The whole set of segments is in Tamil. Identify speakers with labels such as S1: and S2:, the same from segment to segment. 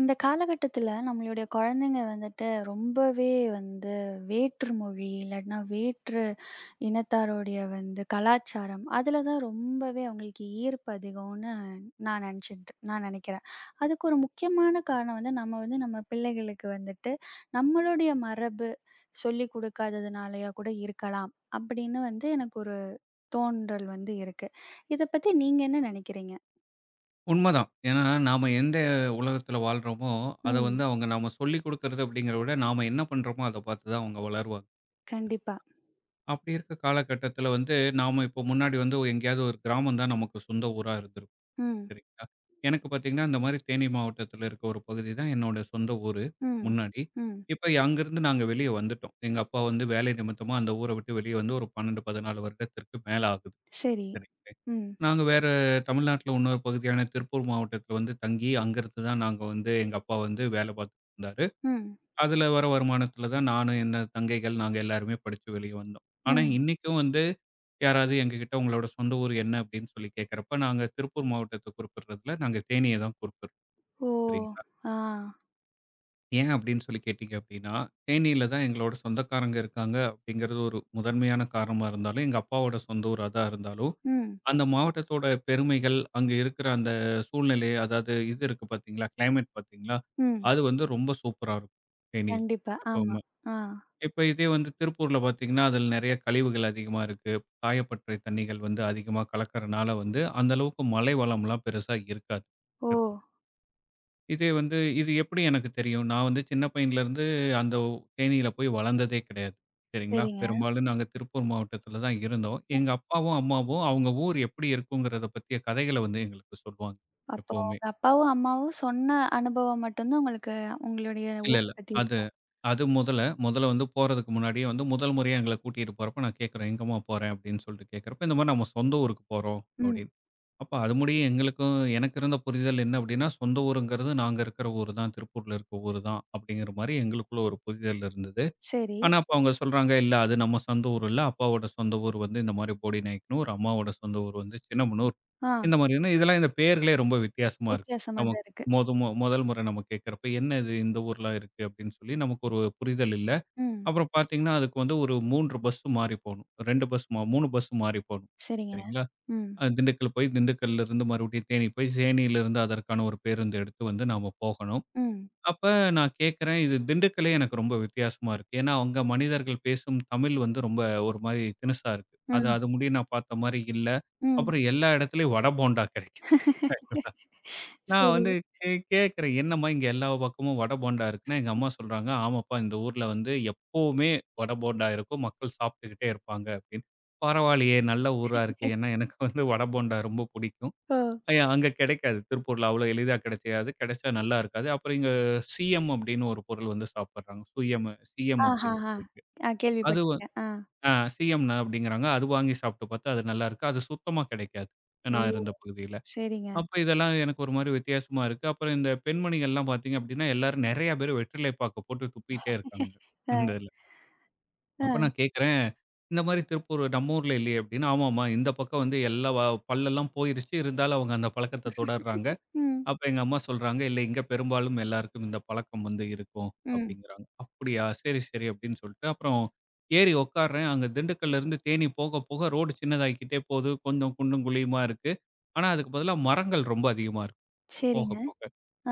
S1: இந்த காலகட்டத்துல நம்மளுடைய குழந்தைங்க வந்துட்டு ரொம்பவே வந்து வேற்று மொழி இல்லாட்டினா வேற்று இனத்தாருடைய வந்து கலாச்சாரம் அதில தான் ரொம்பவே அவங்களுக்கு ஈர்ப்பு அதிகம்னு நான் நினைக்கிறேன். அதுக்கு ஒரு முக்கியமான காரணம் வந்து நம்ம பிள்ளைகளுக்கு வந்துட்டு நம்மளுடைய மரபு சொல்லிக் கொடுக்காததுனாலயா கூட இருக்கலாம். அப்படின்னு வந்து எனக்கு ஒரு தோன்றல் வந்து இருக்கு. இத பத்தி நீங்க என்ன நினைக்கிறீங்க?
S2: உண்மதான். ஏன்னா, நாம எந்த உலகத்துல வாழ்றோமோ, அத
S1: ம்.
S2: வந்து அவங்க நாம சொல்லிக் குடுக்கறது அப்படிங்கிறத விட, நாம என்ன பண்றோமோ அத பார்த்து தான் அவங்க வளருவாங்க.
S1: கண்டிப்பா.
S2: அப்படி இருக்க காலகட்டத்துல வந்து, நாம இப்போ முன்னாடி வந்து எங்கேயாவது ஒரு கிராமம் தான் நமக்கு சொந்த ஊரா இருந்திருக்கும்.
S1: ம்.
S2: சரிங்களா? எனக்கு பார்த்தீங்கன்னா, இந்த மாரி தேனி மாவட்டத்துல இருக்க ஒரு பகுதி தான் என்னோட சொந்த ஊரு,
S1: ம்.
S2: முன்னாடி.
S1: ம்.
S2: இப்ப அங்கிருந்து நாங்க வெளிய வந்துட்டோம். எங்க அப்பா வந்து வேலை நிமித்தமா அந்த ஊர விட்டு வெளிய வந்து ஒரு 12, 14 வருடத்திற்கு மேல ஆகுது.
S1: சரி.
S2: சரி,
S1: ம்,
S2: நாங்க வேற தமிழ்நாட்டுல இன்னொரு பகுதியான திருப்பூர் மாவட்டத்துல வந்து தங்கி, அங்கிருந்து தான் நாங்க வந்து எங்க அப்பா வந்து வேலை பார்த்துட்டு இருந்தாரு.
S1: ம்,
S2: அதுல வர வருமானத்துல தான் நானும், என் தங்கைகள் நாங்க எல்லாருமே படிச்சு வெளிய வந்தோம். ஆனா
S1: ம்.
S2: இன்னைக்கும் வந்து யாராவது எங்ககிட்ட உங்களோட சொந்த ஊர் என்ன அப்படின்னு சொல்லி கேட்கிறப்ப, நாங்க திருப்பூர் மாவட்டத்த குறிப்பிடுறதுல நாங்க தேனிய தான் குறிப்பிடுறோம்.
S1: ஓ!
S2: சரிங்களா?
S1: ஆ.
S2: ஏன் அப்படின்னு சொல்லி கேட்டீங்க அப்படின்னா, தேனியில தான் எங்களோட சொந்தக்காரங்க இருக்காங்க அப்படிங்கிறது ஒரு முதன்மையான காரணமா இருந்தாலும், எங்க அப்பாவோட சொந்த ஊரா தான் இருந்தாலும்
S1: ம்,
S2: அந்த மாவட்டத்தோட பெருமைகள், அங்க இருக்கிற அந்த சூழ்நிலை, அதாவது இது இருக்கு பார்த்தீங்களா, கிளைமேட் பார்த்தீங்களா,
S1: ம்.
S2: அது வந்து ரொம்ப சூப்பரா இருக்கும் தேனியில
S1: கண்டிப்பா. ஆமா.
S2: எப்பவுமே.
S1: ஆ.
S2: இப்ப இதே வந்து திருப்பூர்ல பார்த்தீங்கன்னா, அதில நெறைய கழிவுகள் அதிகமா இருக்கு. சாயப்பட்டறை தண்ணீகள் வந்து அதிகமா கலக்கறனால வந்து, அந்த அளவுக்கு மலை வளம்லாம் பெருசா இருக்காது.
S1: ஓ!
S2: திருப்பூர். இதே வந்து இது எப்படி எனக்கு தெரியும்? நான் வந்து சின்ன பையன்லருந்து அந்த தேனீல போய் வளர்ந்ததே கிடையாது. சரிங்களா?
S1: சரிங்க.
S2: பெரும்பாலும் நாங்க திருப்பூர் மாவட்டத்துல தான் இருந்தோம். எங்க அப்பாவும், அம்மாவும் அவங்க ஊர் எப்படி இருக்குங்கிறத பத்திய கதைகள வந்து எங்களுக்கு சொல்லுவாங்க
S1: அப்போ
S2: எப்பவுமே.
S1: உங்க அப்பாவும், அம்மாவும் சொன்ன அனுபவம் மட்டும் தான் உங்களுக்கு உங்களுடைய
S2: இல்ல,
S1: ஊர
S2: இல்ல.
S1: பத்தி
S2: அது
S1: இருக்கா?
S2: அது முதல்ல. முதல்ல வந்து போறதுக்கு முன்னாடியே வந்து முதல் முறையா எங்கள கூட்டிட்டு போறப்ப நான் கேட்கிறேன், "எங்கம்மா போறேன்?" அப்படின்னு சொல்லிட்டு கேட்கிறப்ப, இந்த மாரி நம்ம சொந்த ஊருக்கு போறோம்
S1: ம்.
S2: அப்படின்னு. அப்ப அது முடிய எங்களுக்கும் எனக்கு இருந்த புரிதல் என்ன அப்படின்னா, சொந்த ஊருங்கிறது நாங்க இருக்கிற ஊரு தான், திருப்பூர்ல இருக்க ஊரு தான் அப்படிங்கிற மாரி எங்களுக்குள்ள ஒரு புரிதல் இருந்தது.
S1: சரி.
S2: ஆனா, அப்ப அவங்க சொல்றாங்க, "இல்ல அது நம்ம சொந்த ஊர் இல்ல. அப்பாவோட சொந்த ஊர் வந்து இந்த மாரி போடிநாயக்கனூர். அம்மாவோட சொந்த ஊர் வந்து சின்னமனூர்."
S1: ஆ.
S2: இந்த மாரியான இதெல்லாம் இந்த பேர்களே ரொம்ப வித்தியாசமா இருக்கு.
S1: வித்தியாசமா
S2: நமக்கு
S1: தான் இருக்கு.
S2: மொத மொ முதல் முறை நம்ம கேட்கிறப்ப, "என்ன இது இந்த ஊர்லாம் இருக்கு?" அப்படின்னு சொல்லி நமக்கு ஒரு புரிதல் இல்ல.
S1: ம்.
S2: அப்புறம் பார்த்தீங்கன்னா, அதுக்கு வந்து ஒரு 3 பஸ் மாறி போணும். 2 பஸ் மா 3 பஸ் மாறி போணும்.
S1: சரிங்க.
S2: சரிங்களா?
S1: ம்,
S2: திண்டுக்கல் போய், திண்டுக்கல்லிருந்து மறுபடியும் தேனி போய், தேனியிலிருந்து அதற்கான ஒரு பேருந்து எடுத்து வந்து நாம போகணும்.
S1: ம்,
S2: அப்ப நான் கேட்கிறேன், இது திண்டுக்கல்லே எனக்கு ரொம்ப வித்தியாசமா இருக்கு. ஏன்னா, அங்க மனிதர்கள் பேசும் தமிழ் வந்து ரொம்ப ஒரு மாரி திணுசா இருக்கு. அது
S1: ம்,
S2: அது முடியும் நான் பார்த்த மாரி இல்ல.
S1: ம்.
S2: அப்புறம் எல்லா இடத்துலயும் வடை, போண்டா கிடைக்குது. ஆக்சுவலா. நான்
S1: சரி.
S2: வந்து கேட்கிறேன், "என்னம்மா இங்க எல்லா பக்கமும் வடை, போண்டா இருக்குன்னா?" எங்க அம்மா சொல்றாங்க, "ஆமாப்பா இந்த ஊர்ல வந்து எப்பவுமே வடை, போண்டா இருக்கும். மக்கள் சாப்பிட்டுக்கிட்டே இருப்பாங்க" அப்படின்னு. பரவாயில்லையே, நல்ல ஊரா இருக்கே. ஏன்னா எனக்கு வந்து வடை, போண்டா ரொம்ப பிடிக்கும்.
S1: ஓ!
S2: ஐய அங்க கிடைக்காது. திருப்பூர்ல அவ்வளோ எளிதா கிடைக்காது. கிடைச்சா நல்லா இருக்காது. அப்புறம் இங்க சீயம் அப்படின்னு ஒரு பொருள் வந்து சாப்பிடுறாங்க. சீயம் அப்படின்னு
S1: ஆஹாஹா.
S2: சொல்லிட்டு.
S1: ஆ
S2: அது வ
S1: கேள்விப்பட்டுருக்கேன். ஆ.
S2: ஆ சீயம் அப்படிங்கிறாங்க. அது வாங்கி சாப்பிட்டு பார்த்தா அது நல்லாருக்கு. அது சுத்தமா கிடைக்காது.
S1: ஓ!
S2: நான் இருந்த பகுதியில.
S1: சரிங்க.
S2: அப்ப இதெல்லாம் எனக்கு ஒரு மாரி வித்தியாசமா இருக்கு. அப்புறம் இந்த பெண்மணிகள்லாம் பார்த்தீங்க அப்படின்னா, எல்லாரும் நெறைய பேர் வெற்றிலை பாக்கு போட்டு துப்பிட்டே இருக்காங்க.
S1: அ,
S2: இந்த இதுல. அப்ப
S1: அ.
S2: நான் கேட்கிறேன், இந்த மாரி திருப்பூர் நம்ம ஊர்ல இல்லையே அப்படின்னு. ஆமாமா இந்த பக்கம் வந்து எல்லா வ பல்லெல்லாம் போயிருச்சு. இருந்தாலும் அவங்க அந்த பழக்கத்த தொடர்றாங்க.
S1: ம்,
S2: அப்ப எங்க அம்மா சொல்றாங்க, "இல்ல இங்க பெரும்பாலும் எல்லாருக்கும் இந்த பழக்கம் வந்து இருக்கும்"
S1: ம்.
S2: அப்படிங்கிறாங்க. "அப்படியா? சரி, சரி" அப்படின்னு சொல்லிட்டு அப்புறம் ஏறி உட்கார்றேன். அங்க திண்டுக்கல்ல இருந்து தேனி போக போக ரோடு சின்னதாகிக்கிட்டே போகுது. கொஞ்சம் குண்டும் குழியுமா இருக்கு. ஆனா, அதுக்கு பதிலா மரங்கள் ரொம்ப அதிகமா இருக்கு போக
S1: சரிங்க.
S2: போக.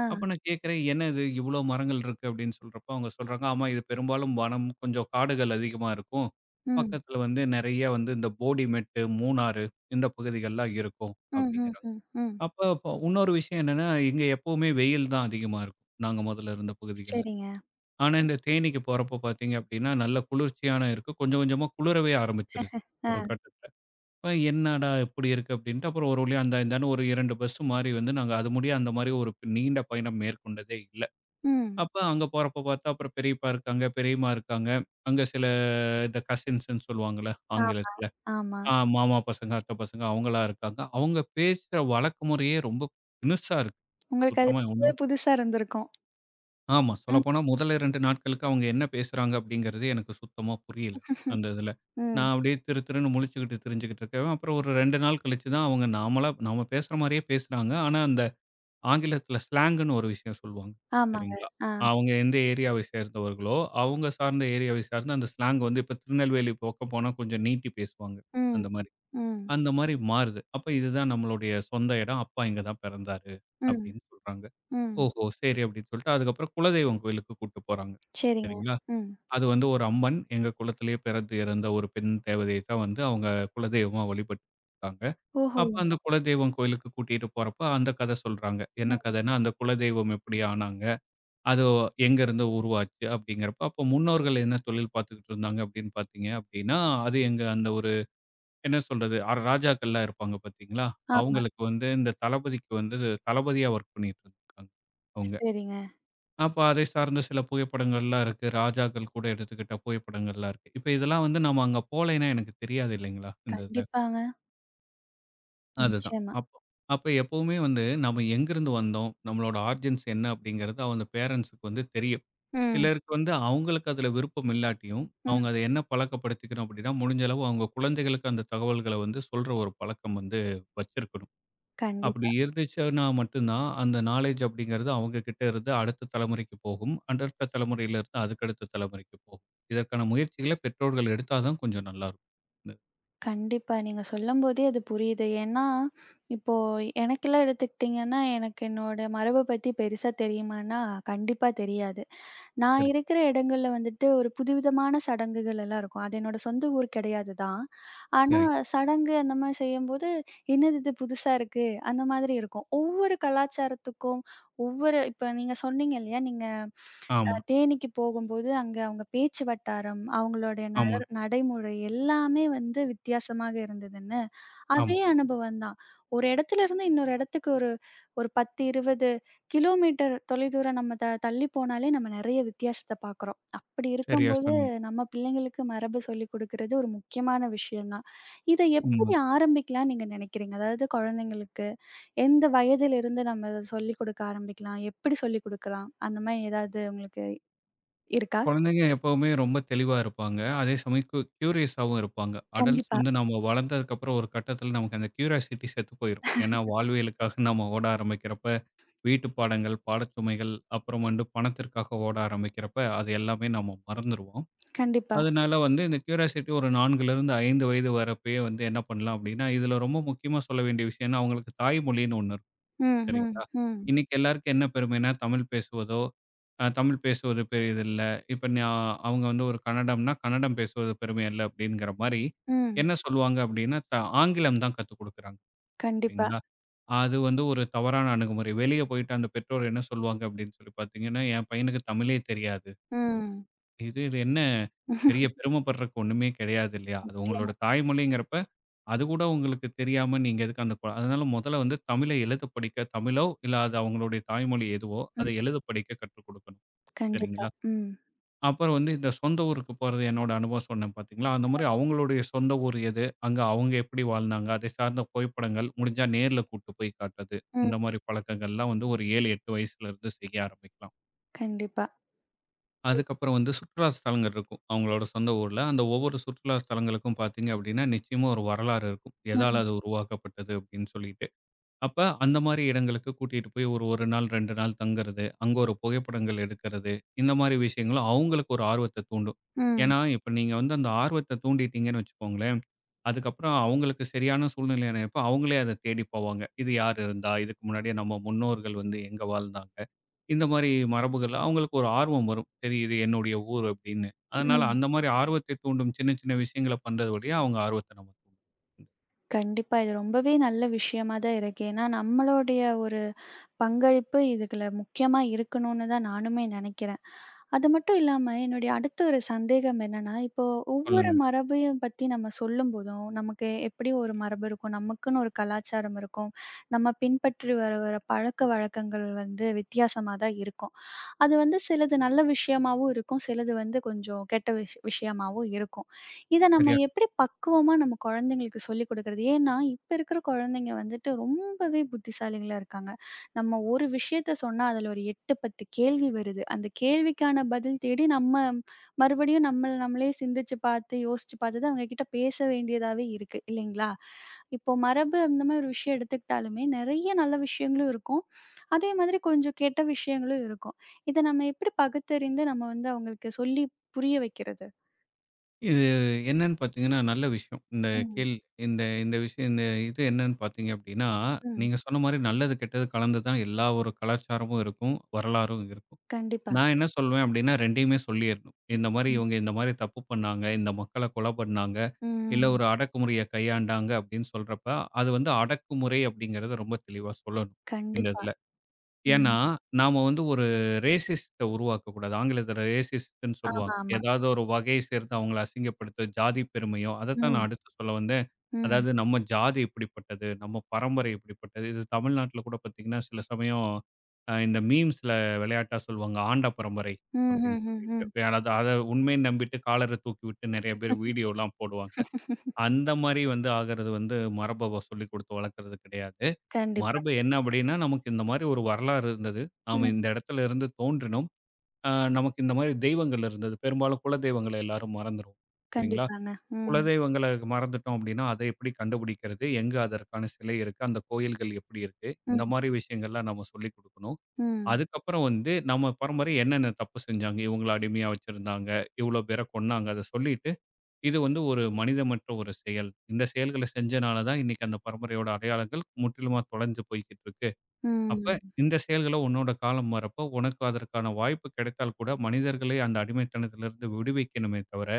S1: ஆ.
S2: அப்ப நான் கேட்கிறேன், "என்ன இது இவ்வளோ மரங்கள் இருக்கு?" அப்படின்னு சொல்றப்போ அவங்க சொல்றாங்க, "ஆமா இது பெரும்பாலும் வனம், கொஞ்சம் காடுகள் அதிகமா இருக்கும்.
S1: ம்.
S2: பக்கத்துல வந்து நெறைய வந்து இந்த போடிமெட்டு, மூணாறு இந்த பகுதிகள்லாம் இருக்கும்"
S1: ம், ம்,
S2: அப்படிங்கிறாங்க.
S1: ம், ம்.
S2: அப்ப அப்ப இன்னொரு விஷயம் என்னன்னா, இங்க எப்பவுமே வெயில் தான் அதிகமா இருக்கும். நாங்க மொதல்ல இருந்த பகுதிகள்ல.
S1: சரிங்க.
S2: ஆனா, இந்த தேனிக்கு போறப்போ பார்த்தீங்க அப்படின்னா, நல்ல குளிர்ச்சியான இருக்கு. கொஞ்சம் கொஞ்சமா குளிரவே ஆரம்பிச்சுருது, ஒரு
S1: ஆ.
S2: கட்டத்துல. அப்ப என்னடா இப்படி இருக்கு அப்படின்ட்டு, அப்புறம் ஒரு வழியா அந்த இந்தான்னு ஒரு 2 பஸ் மாறி வந்து நாங்க அது முடிய அந்த மாரி ஒரு நீண்ட பயணம் மேற்கொண்டதே இல்ல.
S1: ம்.
S2: அப்ப அங்க போறப்போ பார்த்தா, அப்புறம் பெரியப்பா இருக்காங்க, பெரியம்மா இருக்காங்க. அங்க சில இந்த கசின்ஸ்ன்னு சொல்லுவாங்கல்ல
S1: ஆம்,
S2: ஆங்கிலத்துல.
S1: ஆமா.
S2: ஆ மாமா பசங்க, அத்தை பசங்க அவங்களா இருக்காங்க. அவங்க பேசுற வழக்கு முறையே ரொம்ப தினுசா இருக்கு.
S1: உங்களுக்கு அது
S2: சுத்தமா ஒண்ணு
S1: ரொம்பவே புதுசா இருந்திருக்கும்.
S2: ஆமா.
S1: ம்.
S2: சொல்லப்போனா முதல 2 நாட்களுக்கு அவங்க என்ன பேசுறாங்க அப்படிங்கிறது எனக்கு சுத்தமா புரியல. அந்த இதுல.
S1: ம்.
S2: நான் அப்படியே திரு திருன்னு முழிச்சுக்கிட்டு திரிஞ்சுகிட்டு இருக்கேன். அப்புறம் ஒரு 2 நாள் கழிச்சு தான் அவங்க நாமளா நாம பேசுற மாரியே பேசுறாங்க. ஆனா அந்த ஆங்கிலத்தில ஸ்லாங்குன்னு ஒரு விஷயம் சொல்லுவாங்க.
S1: ஆமாங்க.
S2: சரிங்களா?
S1: ஆ.
S2: அவங்க எந்த ஏரியாவை சேர்ந்தவர்களோ, அவங்க சார்ந்த ஏரியாவை சார்ந்த அந்த ஸ்லாங் வந்து இப்ப திருநெல்வேலி பக்கம் போனா கொஞ்சம் நீட்டி பேசுவாங்க.
S1: ம்.
S2: அந்த மாரி.
S1: ம்.
S2: அந்த மாரி மாறுது. அப்ப இதுதான் நம்மளுடைய சொந்த இடம். அப்பா இங்க தான் பிறந்தாரு
S1: ம்.
S2: அப்படின்னு சொல்றாங்க.
S1: ம்.
S2: ஓஹோ! சரி அப்படின்னு சொல்லிட்டு அதுக்கப்புறம் குலதெய்வம் கோயிலுக்கு கூட்டு போறாங்க.
S1: சரிங்க.
S2: சரிங்களா?
S1: ம்.
S2: அது வந்து ஒரு அம்மன். எங்க குலத்திலேயே பிறந்து இறந்த ஒரு பெண் தேவதைய தான் வந்து அவங்க குலதெய்வமா வழிபட்டு இருக்காங்க.
S1: ஓஹோ!
S2: அப்ப அந்த குலதெய்வம் கோயிலுக்கு கூட்டிட்டு போறப்ப அந்த கதை சொல்றாங்க. என்ன
S1: ம்.
S2: கதைன்னா, அந்த குலதெய்வம் எப்படி ஆனாங்க? அது எங்கேருந்து உருவாச்சு? அப்படிங்கிறப்ப அப்ப முன்னோர்கள் என்ன தொழில் பார்த்துக்கிட்டு இருந்தாங்க அப்படின்னு பார்த்தீங்க அப்படின்னா, அது எங்க அந்த ஒரு என்ன சொல்றது? 6 ராஜாக்கள்லாம் இருப்பாங்க பார்த்தீங்களா?
S1: ஆமா.
S2: அவங்களுக்கு வந்து இந்த தளபதிக்கு வந்து தளபதியா வொர்க் பண்ணிட்டு இருந்திருக்காங்க அவங்க.
S1: சரிங்க.
S2: அப்ப அதை சார்ந்த சில புகைப்படங்கள்லாம் இருக்கு. ராஜாக்கள் கூட எடுத்துக்கிட்ட புகைப்படங்கள்லாம் இருக்கு. இப்ப இதெல்லாம் வந்து நம்ம அங்க போலைன்னா எனக்கு தெரியாது இல்லைங்களா? இந்த இதுல.
S1: கண்டிப்பாங்க.
S2: அதுதான்.
S1: நிச்சயமா.
S2: அப்போ அப்ப எப்பவுமே வந்து நம்ம எங்கிருந்து வந்தோம், நம்மளோட ஆர்ஜின்ஸ் என்ன அப்படிங்கிறது அவங்க பேரன்ட்ஸ்க்கு வந்து தெரியும்.
S1: ம்.
S2: சிலருக்கு வந்து அவங்களுக்கு அதுல விருப்பம் இல்லாட்டியும்,
S1: ம்.
S2: அவங்க அத என்ன பழக்கப்படுத்திக்கணும் அப்படின்னா, முடிஞ்ச அளவு அவங்க குழந்தைகளுக்கு அந்த தகவல்கள வந்து சொல்ற ஒரு பழக்கம் வந்து வச்சிருக்கணும். அப்படி
S1: கண்டிப்பா.
S2: இருந்துச்சுன்னா மட்டும்தான் அந்த நாலேட்ஜ் அப்படிங்கிறது அவங்க கிட்ட இருந்து அடுத்த தலைமுறைக்கு போகும். அடுத்த தலைமுறையில இருந்து அதுக்கடுத்த தலைமுறைக்கு போகும். இதற்கான முயற்சிகள பெற்றோர்கள் எடுத்தா தான் கொஞ்சம் நல்லா இருக்கும். இந்த
S1: கண்டிப்பா. நீங்க சொல்லும்போதே அது புரியுது. ஏன்னா, இப்போ எனக்கெல்லாம் எடுத்துக்கிட்டீங்கன்னா, எனக்கு என்னோட மரப பத்தி பெருசா தெரியுமான்னா, கண்டிப்பா தெரியாது. நான்
S2: சரி,
S1: இருக்கிற இடங்கள்ல வந்துட்டு ஒரு புதுவிதமான சடங்குகள் எல்லாம் இருக்கும். அது என்னோட சொந்த ஊர் கிடையாது தான். ஆனா
S2: சரி.
S1: சடங்கு அந்த மாரி செய்யும்போது, "என்னது இது புதுசா இருக்கு?" அந்த மாதிரி இருக்கும். ஒவ்வொரு கலாச்சாரத்துக்கும், ஒவ்வொரு இப்ப நீங்க சொன்னீங்க இல்லையா? நீங்க
S2: ஆமா,
S1: தேனிக்கு போகும்போது அங்க அவங்க பேச்சு வட்டாரம், அவங்களுடைய
S2: ஆமா,
S1: நடைமுறை எல்லாமே வந்து வித்தியாசமாக இருந்ததுன்னு.
S2: ஆமா.
S1: அதே அனுபவம் தான். ஒரு இடத்துல இருந்து இன்னொரு இடத்துக்கு ஒரு ஒரு 10, 20 கிலோமீட்டர் தொலைதூரம் நம்ம தள்ளி போனாலே நம்ம நெறைய வித்தியாசத்த பார்க்குறோம். அப்படி
S2: சரியா
S1: இருக்கும்போது
S2: சொன்னீங்க.
S1: நம்ம பிள்ளைங்களுக்கு மரபு சொல்லிக் குடுக்குறது ஒரு முக்கியமான விஷயம் தான். இத
S2: உண்ம.
S1: எப்படி ஆரம்பிக்கலாம்னு நீங்க நினைக்கிறீங்க? அதாவது குழந்தைங்களுக்கு எந்த வயதிலிருந்து நம்ம இத சொல்லிக் குடுக்க ஆரம்பிக்கலாம்? எப்படி சொல்லிக் குடுக்கலாம்? அந்த மாரி ஏதாவது உங்களுக்கு இருக்கா?
S2: குழந்தைங்க எப்பவுமே ரொம்ப தெளிவா இருப்பாங்க. அதே சமயம் கியூரியஸாவும் இருப்பாங்க. அடல்ட்ஸ்
S1: கண்டிப்பா,
S2: வந்து நம்ம வளர்ந்ததுக்கப்புறம் ஒரு கட்டத்தில நமக்கு அந்த கியூரியாசிட்டி செத்து போயிரும். ஏன்னா வாழ்வியலுக்காக நம்ம ஓட ஆரம்பிக்கிறப்ப வீட்டு பாடங்கள், பாடச்சுமைகள், அப்புறம் வந்து பணத்திற்காக ஓட ஆரம்பிக்கிறப்ப, அது எல்லாமே நம்ம மறந்துருவோம்.
S1: கண்டிப்பா.
S2: அதனால வந்து இந்த கியூரியாசிட்டி ஒரு 4லிருந்து 5 வயது வரப்பயே வந்து என்ன பண்ணலாம் அப்படின்னா, இதில ரொம்ப முக்கியமா சொல்ல வேண்டிய விஷயம்னா, அவங்களுக்கு தாய்மொழின்னு ஒண்ணு இருக்கும்.
S1: ம், ம்,
S2: சரிங்களா?
S1: ம்,
S2: இன்னைக்கு எல்லாருக்கும் என்ன பெருமைன்னா, தமிழ் பேசுவதோ, தமிழ் பேசுவது பெரிதில்ல. இப்ப ஞா அவங்க வந்து ஒரு கன்னடம்னா, கன்னடம் பேசுவது பெருமை அல்ல அப்படிங்கிற மாரி,
S1: ம்.
S2: என்ன சொல்லுவாங்க அப்படின்னா, ஆங்கிலம் தான் கத்துக் குடுக்குறாங்க.
S1: கண்டிப்பா.
S2: சரிங்களா? அது வந்து ஒரு தவறான அணுகுமுறை. வெளிய போயிட்டு அந்த பெற்றோர் என்ன சொல்லுவாங்க அப்படின்னு சொல்லி பார்த்தீங்கன்னா, என் பையனுக்கு தமிழே தெரியாது.
S1: ம்.
S2: இது இது என்ன பெரிய பெருமைப்படுறதுக்கு ஒண்ணுமே கிடையாது இல்லையா? அது உங்களோட
S1: நிச்சயமா.
S2: தாய்மொழிங்கிறப்ப, அது கூட உங்களுக்கு தெரியாம நீங்க எதுக்கு அந்த கொ- அதனால முதல்ல வந்து தமிழை எழுத படிக்க தமிழோ, இல்ல அது அவங்களுடைய தாய்மொழி எதுவோ,
S1: ம்.
S2: அதை எழுத படிக்க கற்றுக் கொடுக்கணும்.
S1: கண்டிப்பா.
S2: சரிங்களா?
S1: ம்.
S2: அப்புறம் வந்து இந்த சொந்த ஊருக்கு போறது என்னோட அனுபவம் சொன்னேன் பார்த்தீங்களா? அந்த மாரி அவங்களுடைய சொந்த ஊர் எது? அங்க அவங்க எப்படி வாழ்ந்தாங்க? அதை சார்ந்த புகைப்படங்கள், முடிஞ்சா நேர்ல கூட்டு போய் காட்டுறது.
S1: ம்.
S2: இந்த மாரி பழக்கங்கள்லாம் வந்து ஒரு 7, 8 வயசுலருந்து செய்ய ஆரம்பிக்கலாம்.
S1: கண்டிப்பா.
S2: அதுக்கப்புறம் வந்து சுற்றுலா ஸ்தலங்கள் இருக்கும். அவங்களோட சொந்த ஊர்ல. அந்த ஒவ்வொரு சுற்றுலா ஸ்தலங்களுக்கும் பார்த்தீங்க அப்படின்னா, நிச்சயமா ஒரு வரலாறு இருக்கும். எதால
S1: ம்.
S2: அது உருவாக்கப்பட்டது அப்படின்னு சொல்லிட்டு. அப்ப அந்த மாரி இடங்களுக்கு கூட்டிட்டு போய் ஒரு 1 நாள், 2 நாள் தங்குறது, அங்க ஒரு புகைப்படங்கள் எடுக்கிறது, இந்த மாரி விஷயங்களும் அவங்களுக்கு ஒரு ஆர்வத்த தூண்டும்.
S1: ம்.
S2: ஏன்னா, இப்ப நீங்க வந்து அந்த ஆர்வத்த தூண்டிட்டீங்கன்னு வச்சுக்கோங்களேன், அதுக்கப்புறம் அவங்களுக்கு சரியான சூழ்நிலை அமையறப்ப அவங்களே அத தேடி போவாங்க. இது யார் இருந்தா? இதுக்கு முன்னாடியே நம்ம முன்னோர்கள் வந்து எங்க வாழ்ந்தாங்க? இந்த மாரி மரபுகள் அவங்களுக்கு ஒரு ஆர்வம் வரும். சரி இது என்னுடைய ஊர் அப்படின்னு. அதனால
S1: ம்.
S2: அந்த மாரி ஆர்வத்தை தூண்டும் சின்ன சின்ன விஷயங்கள பண்றது வழியா அவங்க ஆர்வத்த நம்ம தூண்டும்.
S1: கண்டிப்பா. இது ரொம்பவே நல்ல விஷயமா தான் இருக்கு. ஏன்னா, நம்மளுடைய ஒரு பங்களிப்பு இதுல முக்கியமா இருக்கணும்னு தான் நானுமே நெனைக்கிறேன். அது மட்டும் இல்லாம என்னுடைய அடுத்த ஒரு சந்தேகம் என்னன்னா, இப்போ ஒவ்வொரு
S2: சொல்லுங்க.
S1: மரபையும் பத்தி நம்ம சொல்லும்போதும், நமக்கு எப்படி ஒரு மரபு இருக்கும், நமக்குன்னு ஒரு கலாச்சாரம் இருக்கும், நம்ம பின்பற்றி வருகிற பழக்கவழக்கங்கள் வந்து வித்தியாசமா தான் இருக்கும். அது வந்து சிலது நல்ல விஷயமாவும் இருக்கும். சிலது வந்து கொஞ்சம் கெட்ட விஷயமாவும் இருக்கும். இத நம்ம
S2: சரியா
S1: எப்படி பக்குவமா நம்ம குழந்தைங்களுக்கு சொல்லிக் குடுக்குறது? ஏன்னா, இப்ப இருக்கிற குழந்தைங்க வந்துட்டு ரொம்பவே புத்திசாலிகளா இருக்காங்க. நம்ம ஒரு விஷயத்த சொன்னா அதுல ஒரு 8, 10 கேள்வி வருது. அந்த கேள்விக்கான பதில் தேடி நம்ம மறுபடியும் நம்மள நம்மளே சிந்திச்சு பார்த்து, யோசிச்சு பார்த்து தான் அவங்க கிட்ட பேச வேண்டியதாவே இருக்கு. இல்லைங்களா? இப்போ மரபு அந்த மாதிரி ஒரு விஷயம் எடுத்துக்கிட்டாலுமே, நெறைய நல்ல விஷயங்களும் இருக்கும். அதே மாதிரி கொஞ்சம் கெட்ட விஷயங்களும் இருக்கும். இத நம்ம எப்படி பகுத்தறிந்து நம்ம வந்து அவங்களுக்கு சொல்லி புரிய வைக்கிறது?
S2: இது என்னன்னு பார்த்தீங்கன்னா, நல்ல விஷயம். இந்த
S1: ம்.
S2: கேள்வி இந்த இந்த விஷயம் இந்த இது என்னன்னு பார்த்தீங்க அப்டின்னா,
S1: ம்.
S2: நீங்க சொன்ன மாரி நல்லது, கெட்டது கலந்து தான் எல்லா ஒரு கலாச்சாரமும் இருக்கும். வரலாறும் இருக்கும்.
S1: கண்டிப்பா.
S2: நான் என்ன சொல்வேன் அப்டின்னா, 2யுமே சொல்லிறணும். இந்த மாரி
S1: ம்.
S2: இவங்க இந்த மாரி தப்பு பண்ணாங்க. இந்த மக்கள கொலை பண்ணாங்க. இல்ல
S1: ம்.
S2: ஒரு அடக்குமுறைய கையாண்டாங்க அப்டின்னு சொல்றப்ப, அது வந்து அடக்குமுறை அப்டிங்கிறத ரொம்ப தெளிவா சொல்லணும். இந்த
S1: கண்டிப்பா.
S2: இதுல. ஏன்னா,
S1: ம்.
S2: நாம வந்து ஒரு ரேசிஸ்ட்ட உருவாக்கக்கூடாது. ஆங்கிலத்தில ரேசிஸ்ட்ன்னு
S1: ஆமா,
S2: சொல்லுவாங்க.
S1: ஆமா.
S2: ஏதாவது ஒரு வகைய சேர்த்து அவங்கள அசிங்கப்படுத்த ஜாதி பெருமையோ, அதத்தான்
S1: ம்.
S2: நான் அடுத்து சொல்ல வந்தேன்.
S1: ம்.
S2: அதாவது நம்ம ஜாதி இப்படிப்பட்டது, நம்ம பரம்பரை இப்படிப்பட்டது. இது தமிழ்நாட்டில கூட பார்த்தீங்கன்னா, சில சமயம் இந்த மீம்ஸ்ல விளையாட்டா சொல்லுவாங்க. "ஆண்ட பரம்பரை" அப்படின்னு
S1: ம்ஹ்ஹ்ஹ்ம்.
S2: சொல்லிட்டு. அதாவது அத உண்மைன்னு நம்பிட்டு காலர தூக்கிவிட்டு நெறைய பேர் வீடியோலாம் போடுவாங்க. அந்த மாரி வந்து ஆகறது வந்து மரபவ சொல்லிக் குடுத்து வளர்க்கறது கிடையாது.
S1: கண்டிப்பா.
S2: மரபு என்ன அப்படின்னா, நமக்கு இந்த மாரி ஒரு வரலாறு இருந்தது. நாம
S1: ம்.
S2: இந்த இடத்துல இருந்து தோன்றினோம். அ நமக்கு இந்த மாரி தெய்வங்கள் இருந்தது. பெரும்பாலும் குலதெய்வங்கள எல்லாரும் மறந்துருவோம். சரிங்களா?
S1: கண்டிப்பாங்க. ம்.
S2: குலதெய்வங்கள மறந்துட்டோம் அப்படின்னா, அத எப்படி கண்டுபிடிக்கிறது? எங்க அதற்கான சிலை இருக்கு? அந்த கோயில்கள் எப்படி இருக்கு?
S1: ம்.
S2: இந்த மாரி விஷயங்கள்லாம் நம்ம சொல்லிக் குடுக்கணும்.
S1: ம்.
S2: அதுக்கப்புறம் வந்து நம்ம பரம்பரை என்னென்ன தப்பு செஞ்சாங்க? இவங்கள அடிமையா வச்சிருந்தாங்க. இவ்வளோ பேர கொன்னாங்க. அத சொல்லிட்டு, இது வந்து ஒரு மனிதமற்ற ஒரு செயல். இந்த செயல்கள செஞ்சனால தான் இன்னைக்கு அந்த பரம்பரையோட அடையாளங்கள் முற்றிலுமா தொலைஞ்சு போய்க்கிட்டு இருக்கு. அப்ப
S1: ம்.
S2: இந்த செயல்கள உன்னோட காலம் வரப்போ, உனக்கு அதற்கான வாய்ப்பு கிடைத்தால் கூட, மனிதர்களை அந்த அடிமைத்தனத்திலிருந்து விடுவிக்கணுமே தவிர,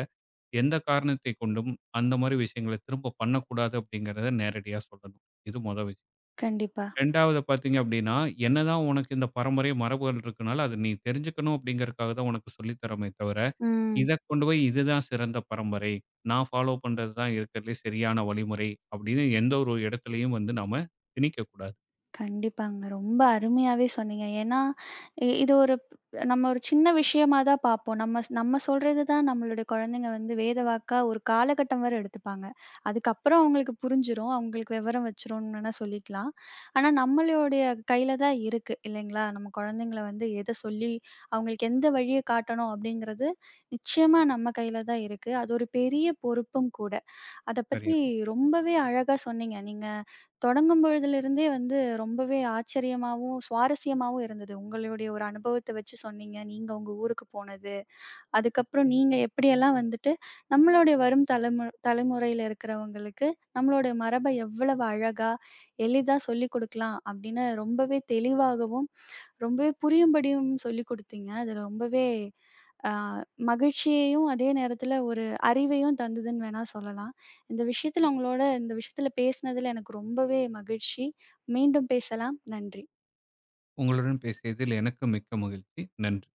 S2: எந்த காரணத்தைக் கொண்டும் அந்த மாரி விஷயங்கள திரும்ப பண்ணக்கூடாது அப்படிங்கிறத நேரடியா சொல்லணும். இது மொத விஷயம்.
S1: கண்டிப்பா.
S2: 2வது பார்த்தீங்க அப்படின்னா, என்னதான் உனக்கு இந்த பரம்பரை மரபுகள் இருக்கனால, அத நீ தெரிஞ்சுக்கணும் அப்படிங்கிறதுக்காக தான் உனக்கு சொல்லி தர்றோமே தவிர,
S1: ம்.
S2: இத கொண்டு போய் இதுதான் சிறந்த பரம்பரை. நான் ஃபாலோ பண்றது தான் இருக்கிறதுலயே சரியான வழிமுறை அப்படின்னு எந்த ஒரு இடத்துலயும் வந்து நாம திணிக்கக்கூடாது.
S1: கண்டிப்பாங்க. ரொம்ப அருமையாவே சொன்னீங்க. ஏன்னா, இது ஒரு நம்ம ஒரு சின்ன விஷயமா தான் பார்ப்போம். நம்ம நம்ம சொல்றது தான் நம்மளுடைய குழந்தைங்க வந்து வேத வாக்கா ஒரு காலகட்டம் வரை எடுத்துப்பாங்க. அதுக்கப்புறம் அவங்களுக்கு புரிஞ்சிரும். அவங்களுக்கு விவரம் வச்சுரும்னு வேணா சொல்லிக்கலாம். ஆனா, நம்மளுடைய கையில தான் இருக்கு இல்லைங்களா? நம்ம குழந்தைங்கள வந்து எத சொல்லி அவங்களுக்கு எந்த வழிய காட்டணும் அப்படிங்கிறது நிச்சயமா நம்ம கையில தான் இருக்கு. அது ஒரு பெரிய பொறுப்பும் கூட. அத
S2: சரியா
S1: பத்தி ரொம்பவே அழகா சொன்னீங்க. நீங்க தொடங்கும் பொழுதிலிருந்தே வந்து ரொம்பவே ஆச்சரியமாவும், சுவாரஸ்யமாவும் இருந்தது. உங்களுடைய ஒரு அனுபவத்த வச்சு சொன்னீங்க. நீங்க உங்க ஊருக்கு போனது. அதுக்கப்புறம் நீங்க எப்படியெல்லாம் வந்துட்டு நம்மளுடைய வரும் தலைமுறையில இருக்கிறவங்களுக்கு நம்மளோட மரப எவ்வளவு அழகா, எளிதா சொல்லிக் குடுக்கலாம் அப்படின்னு ரொம்பவே தெளிவாகவும், ரொம்பவே புரியும்படியும் சொல்லிக் குடுத்தீங்க. அது ரொம்பவே அ மகிழ்ச்சியையும், அதே நேரத்தில ஒரு அறிவையும் தந்ததுன்னு வேணா சொல்லலாம். இந்த விஷயத்தில உங்களோட இந்த விஷயத்தில பேசினதில எனக்கு ரொம்பவே மகிழ்ச்சி. மீண்டும் பேசலாம். நன்றி.
S2: உங்களுடன் பேசியதில் எனக்கு மிக்க மகிழ்ச்சி. நன்றி.